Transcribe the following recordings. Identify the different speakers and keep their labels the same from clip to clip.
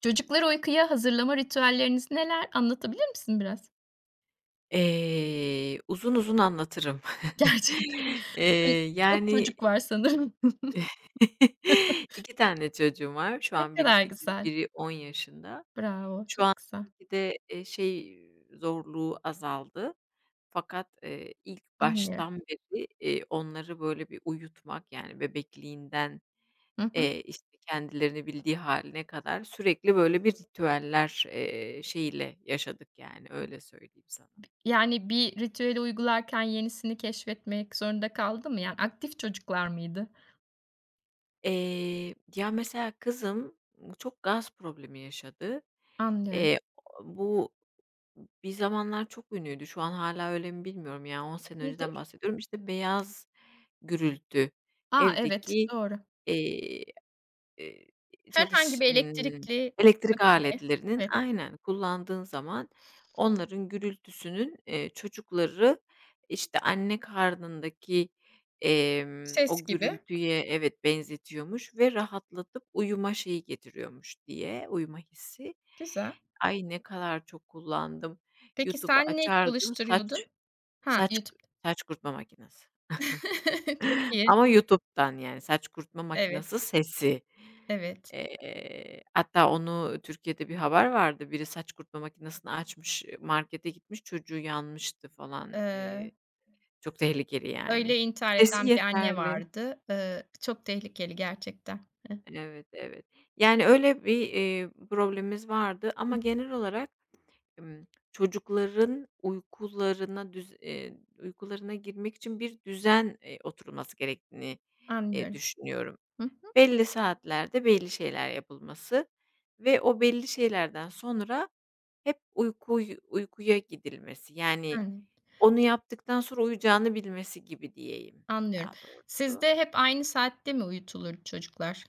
Speaker 1: Çocukları uykuya hazırlama ritüelleriniz neler? Anlatabilir misin biraz?
Speaker 2: Uzun uzun anlatırım.
Speaker 1: Gerçekten. Ço çok
Speaker 2: Yani
Speaker 1: çocuk var sanırım.
Speaker 2: 2 tane çocuğum var. Şu
Speaker 1: Ne
Speaker 2: an biri
Speaker 1: kadar
Speaker 2: 8,
Speaker 1: güzel.
Speaker 2: biri 10 yaşında.
Speaker 1: Bravo,
Speaker 2: Şu
Speaker 1: çok
Speaker 2: an
Speaker 1: güzel.
Speaker 2: tabii de, zorluğu azaldı. Fakat, ilk
Speaker 1: Anlıyorum.
Speaker 2: baştan beri, onları böyle bir uyutmak, yani bebekliğinden,
Speaker 1: Hı hı.
Speaker 2: işte, kendilerini bildiği haline kadar sürekli böyle bir ritüeller, şeyiyle yaşadık yani, öyle söyleyeyim sana.
Speaker 1: Yani bir ritüeli uygularken yenisini keşfetmek zorunda kaldı mı? Yani aktif çocuklar mıydı?
Speaker 2: Ya, mesela kızım çok gaz problemi yaşadı.
Speaker 1: Anlıyorum.
Speaker 2: Eee, Bu bir zamanlar çok ünlüydü. Şu an hala öyle mi bilmiyorum, yani, 10 sene önceden
Speaker 1: Nedir?
Speaker 2: bahsediyorum. İşte, beyaz gürültü,
Speaker 1: A! Evet,
Speaker 2: evdeki,
Speaker 1: doğru.
Speaker 2: eee Eee, çalış
Speaker 1: Herhangi bir elektrikli
Speaker 2: elektrik
Speaker 1: makineye
Speaker 2: aletlerinin
Speaker 1: evet,
Speaker 2: aynen, kullandığın zaman onların gürültüsünün, çocukları, işte, anne karnındaki,
Speaker 1: ses
Speaker 2: o
Speaker 1: gibi.
Speaker 2: gürültüye evet, benzetiyormuş ve rahatlatıp uyuma şeyi getiriyormuş diye, uyuma hissi.
Speaker 1: Güzel.
Speaker 2: Ay, ne kadar çok kullandım.
Speaker 1: Peki
Speaker 2: YouTube'u
Speaker 1: sen ne
Speaker 2: açardım,
Speaker 1: çalıştırıyordun? Ha,
Speaker 2: saç
Speaker 1: YouTube.
Speaker 2: saç kurutma makinesi.
Speaker 1: Çok iyi.
Speaker 2: Ama YouTube'dan yani saç kurutma
Speaker 1: Evet,
Speaker 2: makinası sesi.
Speaker 1: evet.
Speaker 2: Hatta onu Türkiye'de bir haber vardı. Biri saç kurutma makinesini açmış, markete gitmiş, çocuğu yanmıştı falan.
Speaker 1: Eee,
Speaker 2: Çok tehlikeli yani.
Speaker 1: Öyle intihar
Speaker 2: Sesi
Speaker 1: eden bir anne
Speaker 2: yeterli.
Speaker 1: vardı. Çok tehlikeli gerçekten. Eh,
Speaker 2: Evet, evet. Yani öyle bir, problemimiz vardı ama genel olarak, ımm, çocukların uykularına girmek için bir düzen, oturulması gerektiğini,
Speaker 1: anlıyorum.
Speaker 2: düşünüyorum.
Speaker 1: Hı hı.
Speaker 2: Belli saatlerde belli şeyler yapılması ve o belli şeylerden sonra hep uykuya gidilmesi. Yani,
Speaker 1: Aynen,
Speaker 2: onu yaptıktan sonra uyuyacağını bilmesi gibi diyeyim
Speaker 1: anlıyorum.
Speaker 2: daha doğrusu.
Speaker 1: Sizde hep aynı saatte mi uyutulur çocuklar?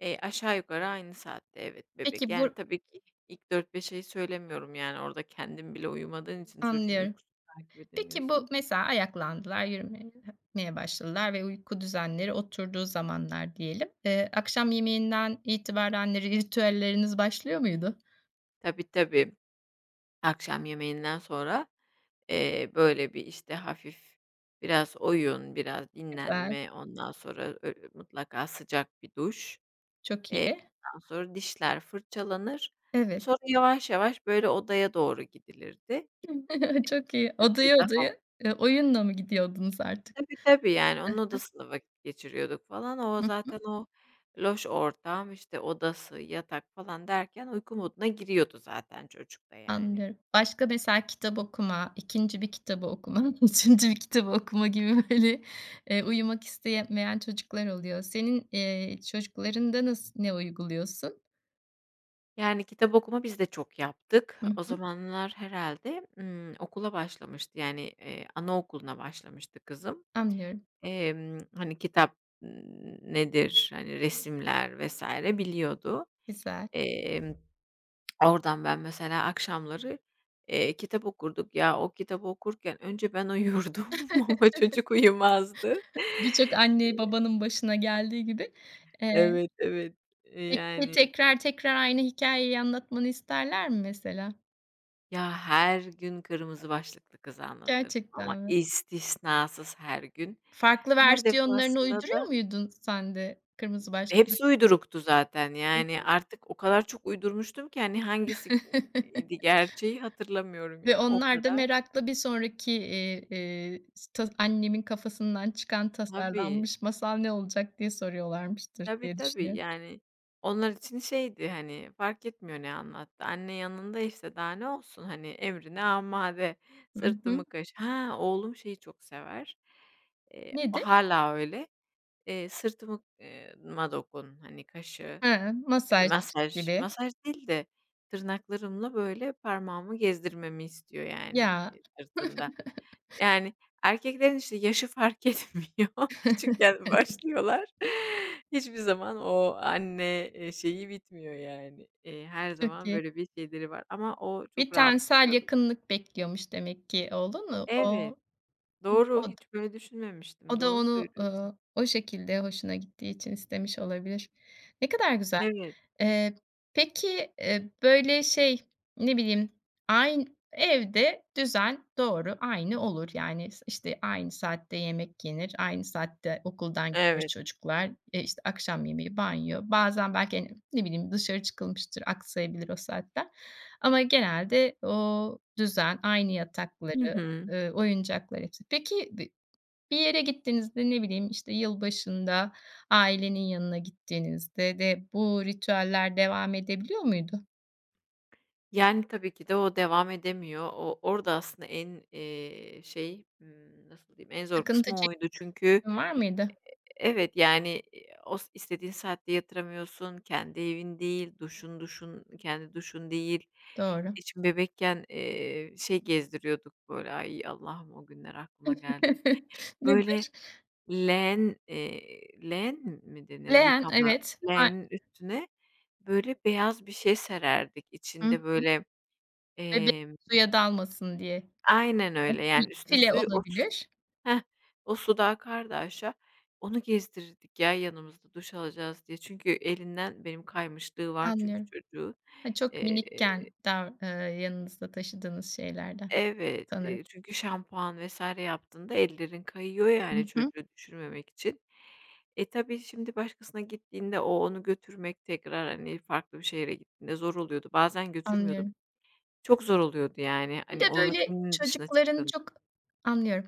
Speaker 2: Aşağı yukarı aynı saatte evet bebek.
Speaker 1: Peki bu
Speaker 2: Yani, tabii ki ilk dört beş ayı söylemiyorum, yani, orada kendin bile uyumadığın için çocuğun
Speaker 1: anlıyorum.
Speaker 2: uykusunu takip
Speaker 1: Peki bu
Speaker 2: edemiyorsun da.
Speaker 1: mesela ayaklandılar, yürümeye başladılar ve uyku düzenleri oturduğu zamanlar diyelim. Akşam yemeğinden itibaren ritüelleriniz başlıyor muydu?
Speaker 2: Tabii, tabii. Akşam yemeğinden sonra böyle bir, işte, hafif biraz oyun, biraz
Speaker 1: Süper,
Speaker 2: dinlenme, ondan sonra mutlaka sıcak bir duş.
Speaker 1: çok iyi.
Speaker 2: Ondan sonra dişler fırçalanır.
Speaker 1: Evet,
Speaker 2: Sonra yavaş yavaş, böyle, odaya doğru gidilirdi.
Speaker 1: çok iyi.
Speaker 2: Tabii
Speaker 1: Odaya
Speaker 2: daha
Speaker 1: odaya, oyunla mı gidiyordunuz artık?
Speaker 2: tabii, tabii, yani, onun
Speaker 1: Heh.
Speaker 2: odasında vakit geçiriyorduk falan. O
Speaker 1: Hı.
Speaker 2: zaten o loş ortam, işte, odası, yatak falan derken uyku moduna giriyordu zaten çocuk da, yani.
Speaker 1: Anlıyorum. Başka mesela kitap okuma, ikinci bir kitabı okuma, üçüncü bir kitabı okuma gibi böyle, uyumak istemeyen çocuklar oluyor. Senin, çocuklarında ne uyguluyorsun?
Speaker 2: Yani, kitap okuma biz de çok yaptık.
Speaker 1: Hı
Speaker 2: O
Speaker 1: hı.
Speaker 2: zamanlar herhalde okula başlamıştı, yani, anaokuluna başlamıştı kızım.
Speaker 1: Anlıyorum,
Speaker 2: Hani, kitap, nedir, hani, resimler vesaire biliyordu.
Speaker 1: güzel.
Speaker 2: Emm, oradan ben mesela akşamları, kitap okurduk. Ya, o kitabı okurken önce ben uyurdum ama çocuk uyumazdı.
Speaker 1: Birçok anne babanın başına geldiği gibi. Eee,
Speaker 2: Evet, evet. Eee,
Speaker 1: peki
Speaker 2: yani
Speaker 1: tekrar tekrar aynı hikayeyi anlatmanı isterler mi mesela?
Speaker 2: ya, her gün kırmızı başlıklı kızı anlatırdım ama
Speaker 1: Gerçekten mi?
Speaker 2: istisnasız her gün.
Speaker 1: Farklı
Speaker 2: Her
Speaker 1: versiyonlarını
Speaker 2: defasında
Speaker 1: uyduruyor
Speaker 2: da
Speaker 1: muydun sen de Kırmızı Başlıklı?
Speaker 2: hepsi uyduruktu zaten. Yani, artık o kadar çok uydurmuştum ki, hani, hangisi idi gerçeği hatırlamıyorum
Speaker 1: Ve
Speaker 2: yani o
Speaker 1: onlar da
Speaker 2: kadar.
Speaker 1: merakla bir sonraki, ta annemin kafasından çıkan
Speaker 2: Tabii,
Speaker 1: tasarlanmış masal ne olacak diye soruyorlarmıştır
Speaker 2: tabii,
Speaker 1: diye
Speaker 2: tabii.
Speaker 1: düşünüyorum.
Speaker 2: Yani, onlar için şeydi, hani, fark etmiyor ne anlattı. Anne yanındaysa daha ne olsun, hani, emrine amade,
Speaker 1: Hı
Speaker 2: sırtımı
Speaker 1: hı.
Speaker 2: kaş ha, oğlum şeyi çok sever.
Speaker 1: Nedir?
Speaker 2: Hâlâ öyle. Hani, kaşı,
Speaker 1: He, masaj gibi.
Speaker 2: masaj değil de tırnaklarımla, böyle, parmağımı gezdirmemi istiyor, yani,
Speaker 1: Ya,
Speaker 2: sırtında. Yani, erkeklerin, işte, yaşı fark etmiyor. Küçükken başlıyorlar. Hiçbir zaman o anne, şeyi bitmiyor, yani. Her
Speaker 1: çok
Speaker 2: zaman
Speaker 1: iyi.
Speaker 2: böyle bir şeyleri var ama o çok
Speaker 1: Bir
Speaker 2: rahatsız
Speaker 1: tensel yakınlık bekliyormuş demek ki oğlunu.
Speaker 2: evet, doğru,
Speaker 1: O da
Speaker 2: hiç böyle düşünmemiştim.
Speaker 1: o da
Speaker 2: Doğru
Speaker 1: onu,
Speaker 2: söylüyorsun.
Speaker 1: o şekilde hoşuna gittiği için istemiş olabilir. Ne kadar güzel.
Speaker 2: Evet,
Speaker 1: Eee, peki, böyle, şey, ne bileyim, evde düzen doğru aynı olur. Yani, işte, aynı saatte yemek yenir, aynı saatte okuldan gelir
Speaker 2: evet.
Speaker 1: çocuklar, işte, akşam yemeği, banyo. Bazen belki, hani, ne bileyim, dışarı çıkılmıştır, aksayabilir o saatler ama genelde o düzen, aynı
Speaker 2: Hı
Speaker 1: yatakları,
Speaker 2: hı.
Speaker 1: oyuncaklar hepsi. Peki, bir yere gittiğinizde, ne bileyim, işte, yılbaşında ailenin yanına gittiğinizde de bu ritüeller devam edebiliyor muydu?
Speaker 2: Yani, tabii ki de o devam edemiyor. O orada aslında en, nasıl diyeyim, en zor
Speaker 1: Sıkıntı
Speaker 2: kısmı oydu. Çünkü
Speaker 1: çekim var mıydı?
Speaker 2: evet, yani, o s istediğin saatte yatıramıyorsun, kendi evin değil, duşun kendi duşun değil.
Speaker 1: Doğru.
Speaker 2: E, şimdi bebekken, şey gezdiriyorduk böyle, ay, Allah'ım o günler aklıma geldi.
Speaker 1: Nedir?
Speaker 2: Böyle len leğen mi denir?
Speaker 1: Leğen,
Speaker 2: Yıkama
Speaker 1: evet. A
Speaker 2: len üstüne böyle beyaz bir şey sererdik.
Speaker 1: hı
Speaker 2: İçinde
Speaker 1: hı.
Speaker 2: böyle,
Speaker 1: Bebek suya dalmasın diye.
Speaker 2: aynen öyle,
Speaker 1: Fil
Speaker 2: yani, üstüne
Speaker 1: file
Speaker 2: suyu o s
Speaker 1: olabilir.
Speaker 2: heh, o su da akardı aşağı. Onu gezdirirdik ya yanımızda duş alacağız diye. Çünkü elinden benim kaymışlığı var çünkü
Speaker 1: Anlıyorum.
Speaker 2: çocuğu.
Speaker 1: Ha, çok
Speaker 2: Eee
Speaker 1: minikken dav yanınızda taşıdığınız şeylerden
Speaker 2: Evet,
Speaker 1: sanırım.
Speaker 2: çünkü şampuan vs. yaptığında ellerin kayıyor
Speaker 1: Hı
Speaker 2: yani
Speaker 1: hı.
Speaker 2: çocuğu düşürmemek için. E, tabii şimdi başkasına gittiğinde o onu götürmek tekrar, hani, farklı bir şehre gittiğinde zor oluyordu. Bazen götürmüyordum.
Speaker 1: Anlıyorum.
Speaker 2: Çok zor oluyordu yani,
Speaker 1: Bir de
Speaker 2: hani, o
Speaker 1: böyle
Speaker 2: rutinin dışına
Speaker 1: çocukların
Speaker 2: çıktığında.
Speaker 1: çok anlıyorum.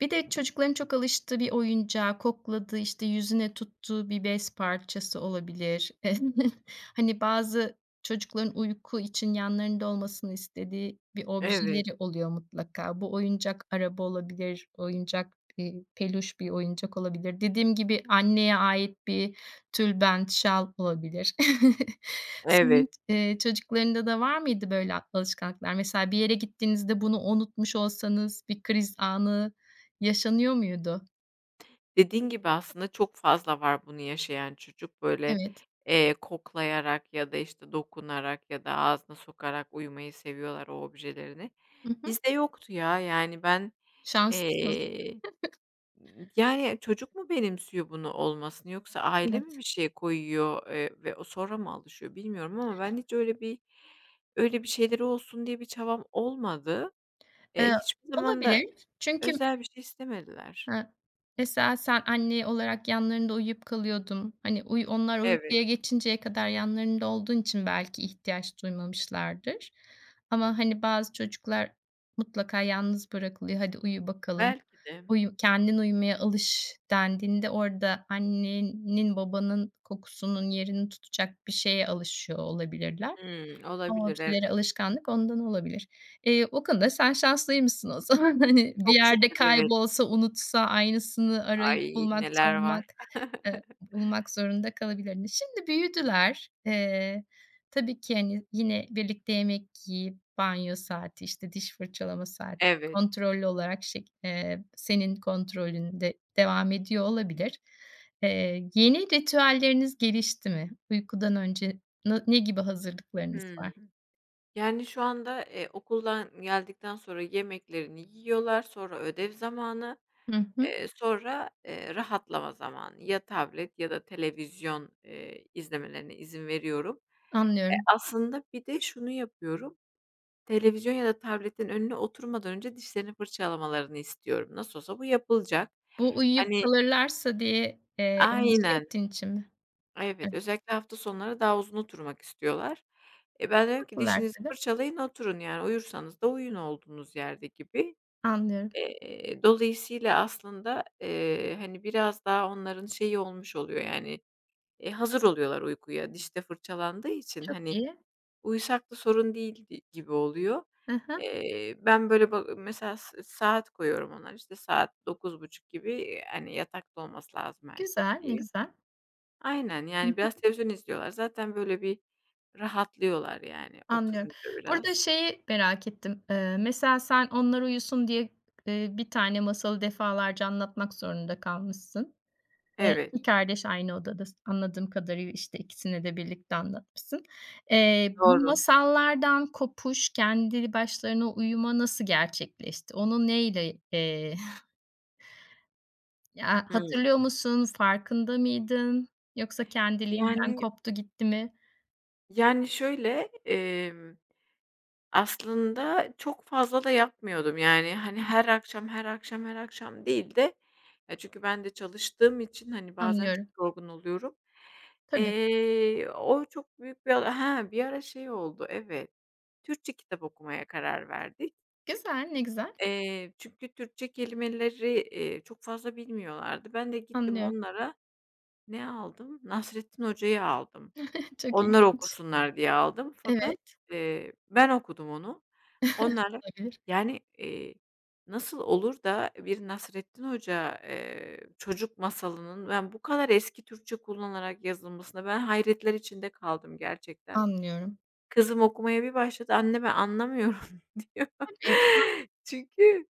Speaker 1: Bir de çocukların çok alıştığı bir oyuncağı, kokladığı, işte, yüzüne tuttuğu bir bez parçası olabilir. hani, bazı çocukların uyku için yanlarında olmasını istediği bir
Speaker 2: Evet,
Speaker 1: objeleri oluyor mutlaka. Bu oyuncak araba olabilir, oyuncak, peluş bir oyuncak olabilir. Dediğim gibi anneye ait bir tülbent, şal olabilir. Senin,
Speaker 2: evet.
Speaker 1: çocuklarında da var mıydı böyle alışkanlıklar? Mesela bir yere gittiğinizde bunu unutmuş olsanız bir kriz anı yaşanıyor muydu?
Speaker 2: Dediğin gibi aslında çok fazla var bunu yaşayan çocuk. Böyle,
Speaker 1: Evet.
Speaker 2: koklayarak ya da, işte, dokunarak ya da ağzına sokarak uyumayı seviyorlar o objelerini.
Speaker 1: Hı hı.
Speaker 2: Bizde yoktu ya. Yani ben,
Speaker 1: Şanslısınız.
Speaker 2: eee, yani çocuk mu benimsiyor bunu olmasını yoksa aile mi
Speaker 1: Evet.
Speaker 2: bir şey koyuyor, ve o sonra mı alışıyor bilmiyorum ama ben hiç öyle bir şeyleri olsun diye bir çabam olmadı.
Speaker 1: Eee,
Speaker 2: Hiçbir zaman da
Speaker 1: Olabilir. Çünkü
Speaker 2: özel bir şey istemediler.
Speaker 1: ha. Mesela sen anne olarak yanlarında uyuyup kalıyordun. Hani, onlar
Speaker 2: Evet,
Speaker 1: uykuya geçinceye kadar yanlarında olduğun için belki ihtiyaç duymamışlardır. Ama, hani, bazı çocuklar mutlaka yalnız bırakılıyor. "Hadi uyu bakalım.
Speaker 2: belki de.
Speaker 1: Uyu, kendin uyumaya alış." dendiğinde orada annenin, babanın kokusunun yerini tutacak bir şeye alışıyor olabilirler.
Speaker 2: Hımm,
Speaker 1: O,
Speaker 2: olabilir,
Speaker 1: bir şeylere
Speaker 2: evet.
Speaker 1: alışkanlık ondan olabilir. O konuda sen şanslıymışsın o zaman. Hani, bir
Speaker 2: Çok
Speaker 1: yerde
Speaker 2: şükür, evet.
Speaker 1: kaybolsa, unutsa aynısını arayıp
Speaker 2: Ay,
Speaker 1: bulmak,
Speaker 2: neler var.
Speaker 1: sormak, bulmak zorunda kalabilirdin. Şimdi büyüdüler. Tabii ki, hani, yine birlikte yemek yiyip banyo saati, işte, diş fırçalama saati
Speaker 2: Evet.
Speaker 1: kontrollü olarak şek senin kontrolünde devam ediyor olabilir. Yeni ritüelleriniz gelişti mi? Uykudan önce ne gibi hazırlıklarınız
Speaker 2: Hımm.
Speaker 1: var?
Speaker 2: Yani, şu anda, okuldan geldikten sonra yemeklerini yiyorlar, sonra ödev zamanı,
Speaker 1: Hı hı,
Speaker 2: sonra, rahatlama zamanı. Ya tablet ya da televizyon, izlemelerine izin veriyorum. E,
Speaker 1: anlıyorum.
Speaker 2: aslında bir de şunu yapıyorum, televizyon ya da tabletin önüne oturmadan önce dişlerini fırçalamalarını istiyorum. Nasıl olsa bu yapılacak.
Speaker 1: Bu uyuyup
Speaker 2: Hani
Speaker 1: kalırlarsa diye, endişe
Speaker 2: aynen.
Speaker 1: ettiğin için mi?
Speaker 2: Evet,
Speaker 1: Evet,
Speaker 2: özellikle hafta sonları daha uzun oturmak istiyorlar. E, ben dedim ki
Speaker 1: haklılar
Speaker 2: dişinizi
Speaker 1: tabii.
Speaker 2: fırçalayın oturun yani uyursanız da uyuyun olduğunuz yerde gibi.
Speaker 1: Anlıyorum.
Speaker 2: Dolayısıyla aslında, hani, biraz daha onların şeyi olmuş oluyor yani, hazır oluyorlar uykuya. Dişte fırçalandığı için,
Speaker 1: Çok
Speaker 2: hani,
Speaker 1: iyi.
Speaker 2: uyusak da sorun değil di gibi oluyor.
Speaker 1: Hı hı.
Speaker 2: Ben böyle ba mesela s saat koyuyorum onlar işte, saat 9:30 gibi, hani, yatakta olması lazım herkes
Speaker 1: Güzel, ne
Speaker 2: diye.
Speaker 1: güzel.
Speaker 2: Aynen,
Speaker 1: Hı
Speaker 2: yani,
Speaker 1: hı,
Speaker 2: biraz televizyon izliyorlar. Zaten böyle bir rahatlıyorlar, yani,
Speaker 1: anlıyorum.
Speaker 2: oturunca
Speaker 1: Burada
Speaker 2: biraz.
Speaker 1: şeyi merak ettim. Mesela sen onlar uyusun diye, bir tane masalı defalarca anlatmak zorunda kalmışsın.
Speaker 2: Evet,
Speaker 1: 2 kardeş aynı odada anladığım kadarıyla, işte, ikisine de birlikte anlatmışsın. Bu
Speaker 2: doğru.
Speaker 1: masallardan kopuş, kendi başlarına uyuma nasıl gerçekleşti? Onu neyle, ya,
Speaker 2: Hımm.
Speaker 1: hatırlıyor musun? Farkında mıydın? Yoksa kendiliğinden
Speaker 2: Yani
Speaker 1: koptu gitti mi?
Speaker 2: şöyle, aslında çok fazla da yapmıyordum. Yani, hani, her akşam değil de ya, çünkü ben de çalıştığım için, hani, bazen çok
Speaker 1: Anlıyorum.
Speaker 2: yorgun oluyorum.
Speaker 1: Tabii.
Speaker 2: O çok büyük bir ha bir ara şey oldu, evet, Türkçe kitap okumaya karar verdik.
Speaker 1: Güzel, ne güzel.
Speaker 2: Çünkü Türkçe kelimeleri, çok fazla bilmiyorlardı. Ben de gittim
Speaker 1: Anlıyorum.
Speaker 2: onlara ne aldım? Nasrettin Hoca'yı aldım.
Speaker 1: Çok
Speaker 2: Onlar
Speaker 1: ilginç.
Speaker 2: okusunlar diye aldım fakat,
Speaker 1: Evet.
Speaker 2: ben okudum onu. Onlarla
Speaker 1: Olabilir.
Speaker 2: yani, eee, nasıl olur da bir Nasrettin Hoca, çocuk masalının ben bu kadar eski Türkçe kullanılarak yazılmasına ben hayretler içinde kaldım gerçekten.
Speaker 1: Anlıyorum.
Speaker 2: Kızım okumaya bir başladı, "Anne ben anlamıyorum." gerekiyor.
Speaker 1: Tabii.
Speaker 2: Çünkü,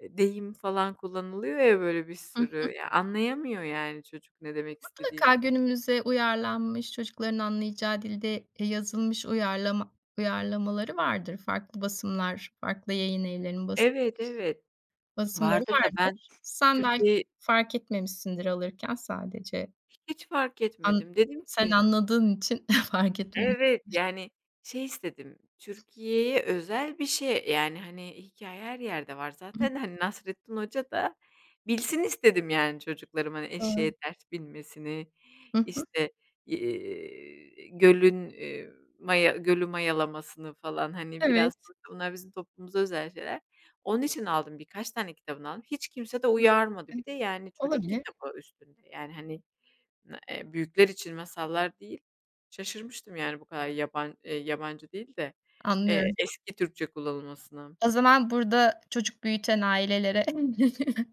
Speaker 2: e, deyim falan kullanılıyor ya, böyle, bir
Speaker 1: Hı.
Speaker 2: sürü. Ya, anlayamıyor yani çocuk ne demek
Speaker 1: Mutlaka
Speaker 2: istediğini.
Speaker 1: günümüze uyarlanmış, çocukların anlayacağı dilde, yazılmış uyarlamaları vardır. Farklı basımlar, farklı yayın evlerinin
Speaker 2: Evet, evet.
Speaker 1: basımları
Speaker 2: Vardır da ben
Speaker 1: vardır. Sen belki
Speaker 2: Türkiye'yi
Speaker 1: fark etmemişsindir alırken sadece
Speaker 2: hiç fark
Speaker 1: an
Speaker 2: etmedim. Dedim
Speaker 1: sen
Speaker 2: ki
Speaker 1: anladığın için fark etmemişsin.
Speaker 2: evet, yani, şey istedim, Türkiye'ye özel bir şey, yani, hani, hikâye her yerde var zaten. Hani, Nasrettin Hoca da bilsin istedim, yani, çocuklarım, hani,
Speaker 1: Doğru.
Speaker 2: eşeğe ters binmesini,
Speaker 1: Hı hı.
Speaker 2: işte, gölün, maya gölü mayalamasını falan, hani, biraz
Speaker 1: Evet.
Speaker 2: sonuçta bunlar bizim toplumumuza özel şeyler. Onun için aldım, birkaç tane kitabını aldım. Hiç kimse de uyarmadı.
Speaker 1: Evet.
Speaker 2: Bir de, yani, çocuk
Speaker 1: Olabilir.
Speaker 2: kitabı üstünde, yani, hani N büyükler için masallar değil. Şaşırmıştım yani bu kadar yabancı değil de,
Speaker 1: Anlıyorum.
Speaker 2: eski Türkçe kullanılmasına.
Speaker 1: O zaman burada çocuk büyüten ailelere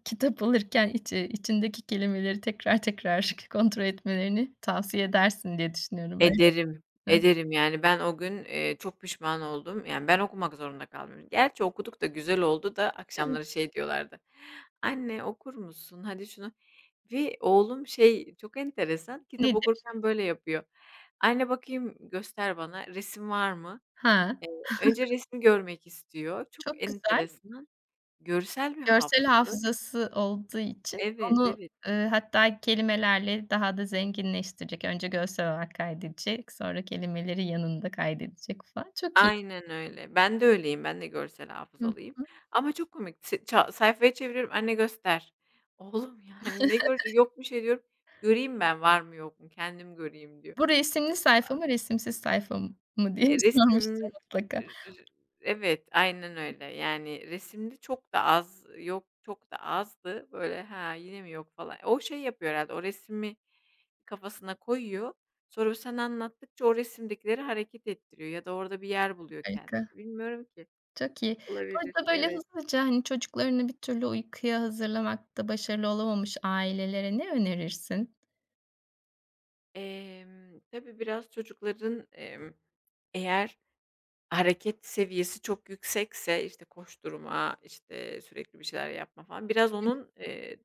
Speaker 1: kitap alırken içindeki kelimeleri tekrar tekrar kontrol etmelerini tavsiye edersin diye düşünüyorum öyle
Speaker 2: Ederim,
Speaker 1: mi?
Speaker 2: ederim. Yani ben o gün, çok pişman oldum. Yani ben okumak zorunda kalmıyorum. Gerçi okuduk da güzel oldu da
Speaker 1: Değil mi?
Speaker 2: akşamları şey diyorlardı, "Anne okur musun? Hadi şunu" ve oğlum şey çok enteresan, kitap
Speaker 1: Nedir?
Speaker 2: okurken böyle yapıyor. "Anne bakayım göster bana, resim var mı?"
Speaker 1: Ha,
Speaker 2: Önce resmi görmek istiyor. Çok
Speaker 1: çok güzel.
Speaker 2: enteresan. Görsel bir
Speaker 1: Görsel
Speaker 2: hafızalı.
Speaker 1: hafızası olduğu için
Speaker 2: Evet,
Speaker 1: onu,
Speaker 2: evet.
Speaker 1: hatta kelimelerle daha da zenginleştirecek. Önce görsel olarak kaydedecek, sonra kelimeleri yanında kaydedecek falan. Çok iyi.
Speaker 2: Aynen öyle. Ben de öyleyim. Ben de görsel
Speaker 1: Hı
Speaker 2: hafızalıyım.
Speaker 1: hı.
Speaker 2: Ama çok komik. Se ça sayfayı çeviriyorum, "Anne göster." Oğlum, yani, ne görecek? "Yok bir şey." diyorum. "Göreyim ben var mı yok mu, kendim göreyim." diyor.
Speaker 1: Bu resimli sayfa mı, resimsiz sayfa mı diye
Speaker 2: Eee, resim
Speaker 1: sormuştum mutlaka.
Speaker 2: r- r- Evet, aynen öyle. Yani resimde çok da az yok, çok da azdı. Böyle, "Ha, yine mi yok?" falan. O şey yapıyor herhâlde, o resmi kafasına koyuyor. Sonra sen anlattıkça o resimdekileri hareket ettiriyor ya da orada bir yer buluyor kendini.
Speaker 1: Harika.
Speaker 2: Bilmiyorum ki.
Speaker 1: Çok iyi.
Speaker 2: Olabilir,
Speaker 1: Burada, böyle,
Speaker 2: evet.
Speaker 1: hızlıca, hani, çocuklarını bir türlü uykuya hazırlamakta başarılı olamamış ailelere ne önerirsin?
Speaker 2: Tabii biraz çocukların, eğer hareket seviyesi çok yüksekse, işte, koşturma, işte, sürekli bir şeyler yapma falan biraz
Speaker 1: Evet.
Speaker 2: onun,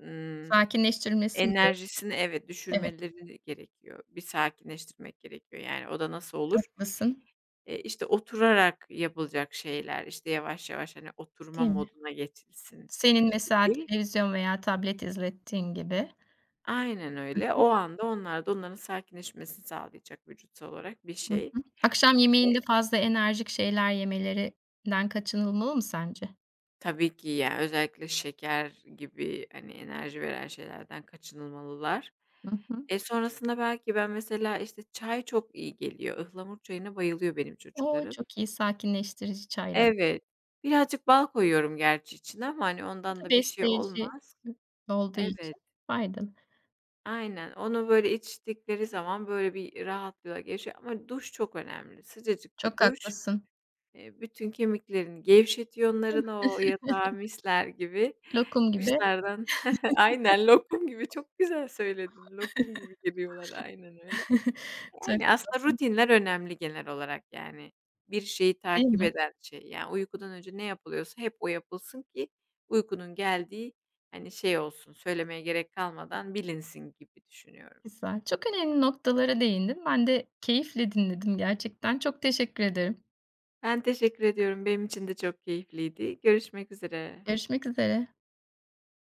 Speaker 2: ımm,
Speaker 1: Sakinleştirilmesi mi gerek?
Speaker 2: enerjisini evet,
Speaker 1: Evet,
Speaker 2: düşürmeleri gerekiyor. Bir sakinleştirmek gerekiyor. Yani o da nasıl olur?
Speaker 1: haklısın,
Speaker 2: İşte, oturarak yapılacak şeyler, işte, yavaş yavaş, hani, oturma
Speaker 1: değil mi?
Speaker 2: moduna geçilsin,
Speaker 1: Senin mesela
Speaker 2: gibi.
Speaker 1: televizyon veya tablet izlettiğin gibi.
Speaker 2: Aynen öyle. O anda onlar da onların sakinleşmesini sağlayacak vücutsal olarak bir
Speaker 1: Hı
Speaker 2: şey.
Speaker 1: hı. Akşam
Speaker 2: E,
Speaker 1: yemeğinde fazla enerjik şeyler yemelerinden kaçınılmalı mı sence?
Speaker 2: tabii ki ya, özellikle şeker gibi, hani, enerji veren şeylerden kaçınılmalılar.
Speaker 1: Hı hı.
Speaker 2: E, sonrasında belki ben mesela, işte, çay çok iyi geliyor. Ihlamur çayına bayılıyor benim
Speaker 1: O,
Speaker 2: çocuklarım.
Speaker 1: çok iyi, sakinleştirici çaylar.
Speaker 2: Evet. Birazcık bal koyuyorum gerçi içine ama, hani,
Speaker 1: Bu
Speaker 2: ondan
Speaker 1: da
Speaker 2: da bir şey
Speaker 1: besleyici
Speaker 2: olmaz.
Speaker 1: olduğu
Speaker 2: Evet,
Speaker 1: için faydalı.
Speaker 2: aynen. Onu böyle içtikleri zaman böyle bir rahatlığa geçiyor ama duş çok önemli. Sıcacık bir
Speaker 1: Çok
Speaker 2: duş
Speaker 1: haklısın.
Speaker 2: Bütün kemiklerini gevşetiyor onların, o yatağa misler gibi.
Speaker 1: Lokum gibi.
Speaker 2: Kuşlardan Aynen, lokum gibi, çok güzel söyledin. Lokum gibi geliyorlar, aynen öyle.
Speaker 1: Çok
Speaker 2: Yani, aslında
Speaker 1: tatlı.
Speaker 2: rutinler önemli genel olarak, yani. Bir şeyi
Speaker 1: Değil
Speaker 2: takip
Speaker 1: mi?
Speaker 2: eden şey, yani, uykudan önce ne yapılıyorsa hep o yapılsın ki uykunun geldiği, hani, şey olsun, söylemeye gerek kalmadan bilinsin gibi düşünüyorum.
Speaker 1: Güzel. Çok önemli noktalara değindin. Ben de keyifle dinledim gerçekten. Çok teşekkür ederim.
Speaker 2: Ben teşekkür ediyorum. Benim için de çok keyifliydi. Görüşmek üzere.
Speaker 1: Görüşmek üzere.